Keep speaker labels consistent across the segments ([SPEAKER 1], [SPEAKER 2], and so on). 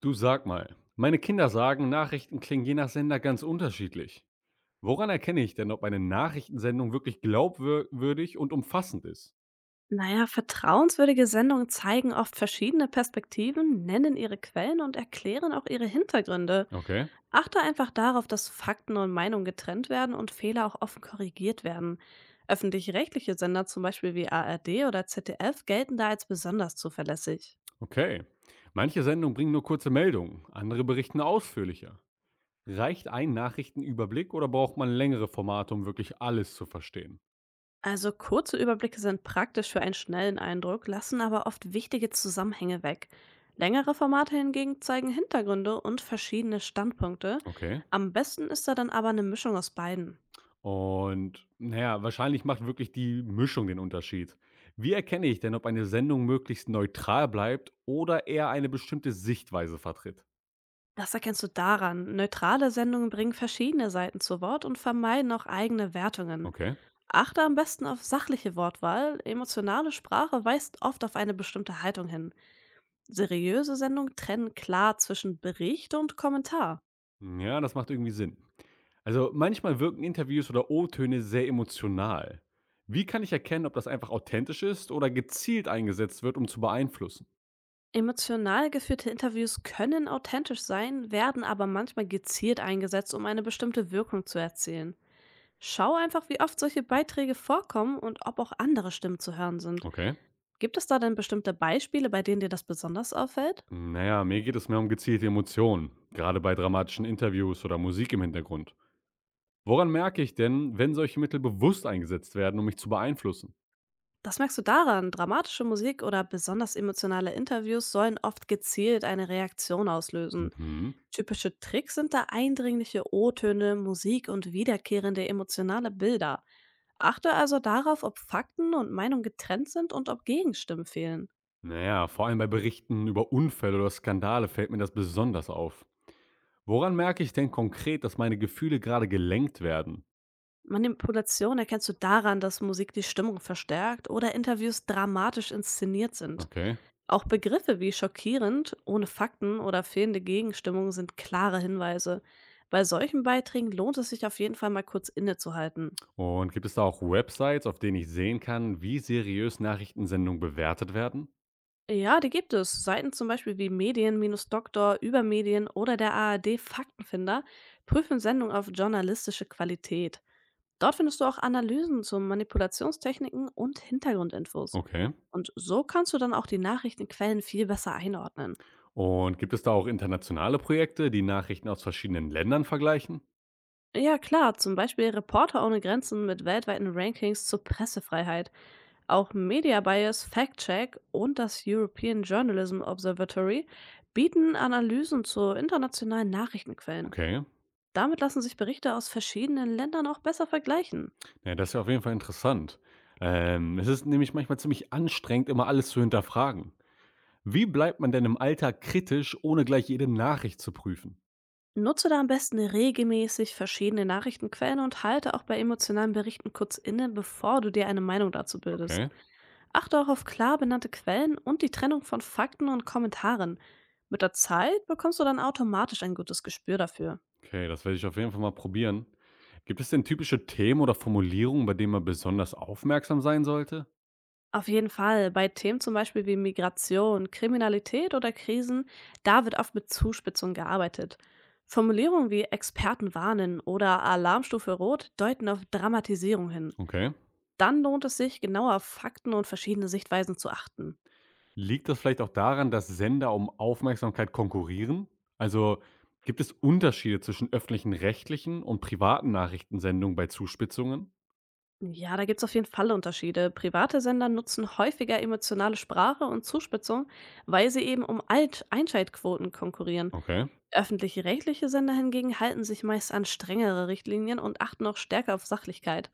[SPEAKER 1] Du, sag mal, meine Kinder sagen, Nachrichten klingen je nach Sender ganz unterschiedlich. Woran erkenne ich denn, ob eine Nachrichtensendung wirklich glaubwürdig und umfassend ist?
[SPEAKER 2] Naja, vertrauenswürdige Sendungen zeigen oft verschiedene Perspektiven, nennen ihre Quellen und erklären auch ihre Hintergründe.
[SPEAKER 1] Okay,
[SPEAKER 2] Achte einfach darauf, dass Fakten und Meinungen getrennt werden und Fehler auch offen korrigiert werden. Öffentlich-rechtliche Sender, zum Beispiel wie ARD oder ZDF, gelten da als besonders zuverlässig.
[SPEAKER 1] okay. Manche Sendungen bringen nur kurze Meldungen, andere berichten ausführlicher. Reicht ein Nachrichtenüberblick oder braucht man längere Formate, um wirklich alles zu verstehen?
[SPEAKER 2] Also kurze Überblicke sind praktisch für einen schnellen Eindruck, lassen aber oft wichtige Zusammenhänge weg. Längere Formate hingegen zeigen Hintergründe und verschiedene Standpunkte.
[SPEAKER 1] Okay.
[SPEAKER 2] Am besten ist da dann aber eine Mischung aus beiden.
[SPEAKER 1] Und naja, wahrscheinlich macht wirklich die Mischung den Unterschied. Wie erkenne ich denn, ob eine Sendung möglichst neutral bleibt oder eher eine bestimmte Sichtweise vertritt?
[SPEAKER 2] Das erkennst du daran. Neutrale Sendungen bringen verschiedene Seiten zu Wort und vermeiden auch eigene Wertungen.
[SPEAKER 1] Okay.
[SPEAKER 2] Achte am besten auf sachliche Wortwahl. Emotionale Sprache weist oft auf eine bestimmte Haltung hin. Seriöse Sendungen trennen klar zwischen Bericht und Kommentar.
[SPEAKER 1] Hm, ja, das macht irgendwie Sinn. Also manchmal wirken Interviews oder O-Töne sehr emotional. Wie kann ich erkennen, ob das einfach authentisch ist oder gezielt eingesetzt wird, um zu beeinflussen?
[SPEAKER 2] Emotional geführte Interviews können authentisch sein, werden aber manchmal gezielt eingesetzt, um eine bestimmte Wirkung zu erzielen. Schau einfach, wie oft solche Beiträge vorkommen und ob auch andere Stimmen zu hören sind.
[SPEAKER 1] Okay.
[SPEAKER 2] Gibt es da denn bestimmte Beispiele, bei denen dir das besonders auffällt?
[SPEAKER 1] Naja, mir geht es mehr um gezielte Emotionen, gerade bei dramatischen Interviews oder Musik im Hintergrund. Woran merke ich denn, wenn solche Mittel bewusst eingesetzt werden, um mich zu beeinflussen?
[SPEAKER 2] Das merkst du daran, dramatische Musik oder besonders emotionale Interviews sollen oft gezielt eine Reaktion auslösen.
[SPEAKER 1] Mhm.
[SPEAKER 2] Typische Tricks sind da eindringliche O-Töne, Musik und wiederkehrende emotionale Bilder. Achte also darauf, ob Fakten und Meinung getrennt sind und ob Gegenstimmen fehlen.
[SPEAKER 1] Naja, vor allem bei Berichten über Unfälle oder Skandale fällt mir das besonders auf. Woran merke ich denn konkret, dass meine Gefühle gerade gelenkt werden?
[SPEAKER 2] Manipulation erkennst du daran, dass Musik die Stimmung verstärkt oder Interviews dramatisch inszeniert sind.
[SPEAKER 1] Okay.
[SPEAKER 2] Auch Begriffe wie schockierend, ohne Fakten oder fehlende Gegenstimmung sind klare Hinweise. Bei solchen Beiträgen lohnt es sich auf jeden Fall mal kurz innezuhalten.
[SPEAKER 1] Und gibt es da auch Websites, auf denen ich sehen kann, wie seriös Nachrichtensendungen bewertet werden?
[SPEAKER 2] Ja, die gibt es. Seiten zum Beispiel wie Medien-Doktor, Übermedien oder der ARD Faktenfinder prüfen Sendungen auf journalistische Qualität. Dort findest du auch Analysen zu Manipulationstechniken und Hintergrundinfos.
[SPEAKER 1] Okay.
[SPEAKER 2] Und so kannst du dann auch die Nachrichtenquellen viel besser einordnen.
[SPEAKER 1] Und gibt es da auch internationale Projekte, die Nachrichten aus verschiedenen Ländern vergleichen?
[SPEAKER 2] Ja, klar, zum Beispiel Reporter ohne Grenzen mit weltweiten Rankings zur Pressefreiheit, auch Media Bias, Fact Check und das European Journalism Observatory bieten Analysen zu internationalen Nachrichtenquellen.
[SPEAKER 1] Okay.
[SPEAKER 2] Damit lassen sich Berichte aus verschiedenen Ländern auch besser vergleichen.
[SPEAKER 1] Ja, das ist ja auf jeden Fall interessant. Es ist nämlich manchmal ziemlich anstrengend, immer alles zu hinterfragen. Wie bleibt man denn im Alltag kritisch, ohne gleich jede Nachricht zu prüfen?
[SPEAKER 2] Nutze da am besten regelmäßig verschiedene Nachrichtenquellen und halte auch bei emotionalen Berichten kurz inne, bevor du dir eine Meinung dazu bildest.
[SPEAKER 1] Okay.
[SPEAKER 2] Achte auch auf klar benannte Quellen und die Trennung von Fakten und Kommentaren. Mit der Zeit bekommst du dann automatisch ein gutes Gespür dafür.
[SPEAKER 1] Okay, das werde ich auf jeden Fall mal probieren. Gibt es denn typische Themen oder Formulierungen, bei denen man besonders aufmerksam sein sollte?
[SPEAKER 2] Auf jeden Fall, bei Themen zum Beispiel wie Migration, Kriminalität oder Krisen, da wird oft mit Zuspitzung gearbeitet. Formulierungen wie Experten warnen oder Alarmstufe Rot deuten auf Dramatisierung hin.
[SPEAKER 1] Okay.
[SPEAKER 2] Dann lohnt es sich, genauer auf Fakten und verschiedene Sichtweisen zu achten.
[SPEAKER 1] Liegt das vielleicht auch daran, dass Sender um Aufmerksamkeit konkurrieren? Also, gibt es Unterschiede zwischen öffentlichen, rechtlichen und privaten Nachrichtensendungen bei Zuspitzungen?
[SPEAKER 2] Ja, da gibt's auf jeden Fall Unterschiede. Private Sender nutzen häufiger emotionale Sprache und Zuspitzung, weil sie eben um Alt Einschaltquoten konkurrieren.
[SPEAKER 1] Okay.
[SPEAKER 2] Öffentlich rechtliche Sender hingegen halten sich meist an strengere Richtlinien und achten auch stärker auf Sachlichkeit.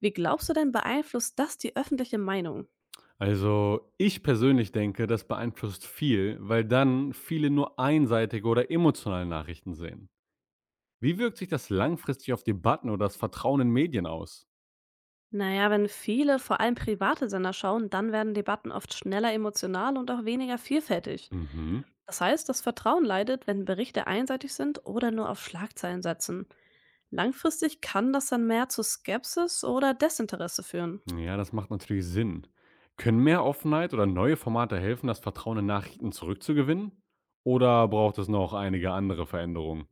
[SPEAKER 2] Wie glaubst du denn, beeinflusst das die öffentliche Meinung?
[SPEAKER 1] Also, ich persönlich denke, das beeinflusst viel, weil dann viele nur einseitige oder emotionale Nachrichten sehen. Wie wirkt sich das langfristig auf Debatten oder das Vertrauen in Medien aus?
[SPEAKER 2] Naja, wenn viele, vor allem private Sender schauen, dann werden Debatten oft schneller emotional und auch weniger vielfältig.
[SPEAKER 1] Mhm.
[SPEAKER 2] Das heißt, das Vertrauen leidet, wenn Berichte einseitig sind oder nur auf Schlagzeilen setzen. Langfristig kann das dann mehr zu Skepsis oder Desinteresse führen.
[SPEAKER 1] Ja, das macht natürlich Sinn. Können mehr Offenheit oder neue Formate helfen, das Vertrauen in Nachrichten zurückzugewinnen? Oder braucht es noch einige andere Veränderungen?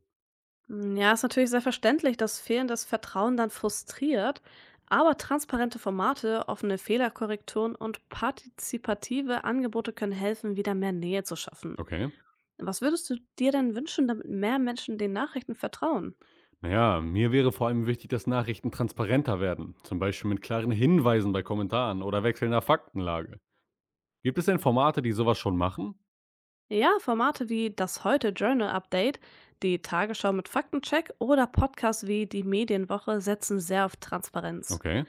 [SPEAKER 2] Hm, ja, ist natürlich sehr verständlich, dass fehlendes Vertrauen dann frustriert, aber transparente Formate, offene Fehlerkorrekturen und partizipative Angebote können helfen, wieder mehr Nähe zu schaffen.
[SPEAKER 1] Okay.
[SPEAKER 2] Was würdest du dir denn wünschen, damit mehr Menschen den Nachrichten vertrauen?
[SPEAKER 1] Naja, mir wäre vor allem wichtig, dass Nachrichten transparenter werden. Zum Beispiel mit klaren Hinweisen bei Kommentaren oder wechselnder Faktenlage. Gibt es denn Formate, die sowas schon machen?
[SPEAKER 2] Ja, Formate wie das Heute Journal Update, die Tagesschau mit Faktencheck oder Podcasts wie die Medienwoche setzen sehr auf Transparenz.
[SPEAKER 1] Okay.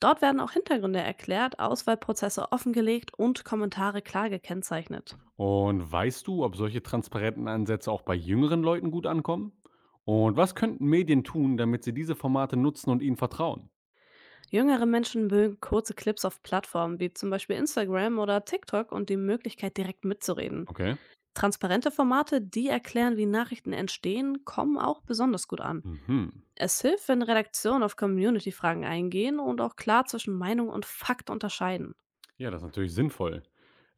[SPEAKER 2] Dort werden auch Hintergründe erklärt, Auswahlprozesse offengelegt und Kommentare klar gekennzeichnet.
[SPEAKER 1] Und weißt du, ob solche transparenten Ansätze auch bei jüngeren Leuten gut ankommen? Und was könnten Medien tun, damit sie diese Formate nutzen und ihnen vertrauen?
[SPEAKER 2] Jüngere Menschen mögen kurze Clips auf Plattformen wie zum Beispiel Instagram oder TikTok und die Möglichkeit, direkt mitzureden.
[SPEAKER 1] Okay.
[SPEAKER 2] Transparente Formate, die erklären, wie Nachrichten entstehen, kommen auch besonders gut an.
[SPEAKER 1] Mhm.
[SPEAKER 2] Es hilft, wenn Redaktionen auf Community-Fragen eingehen und auch klar zwischen Meinung und Fakt unterscheiden.
[SPEAKER 1] Ja, das ist natürlich sinnvoll.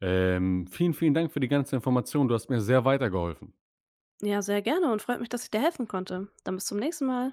[SPEAKER 1] Vielen, vielen Dank für die ganze Information. Du hast mir sehr weitergeholfen.
[SPEAKER 2] Ja, sehr gerne und freut mich, dass ich dir helfen konnte. Dann bis zum nächsten Mal.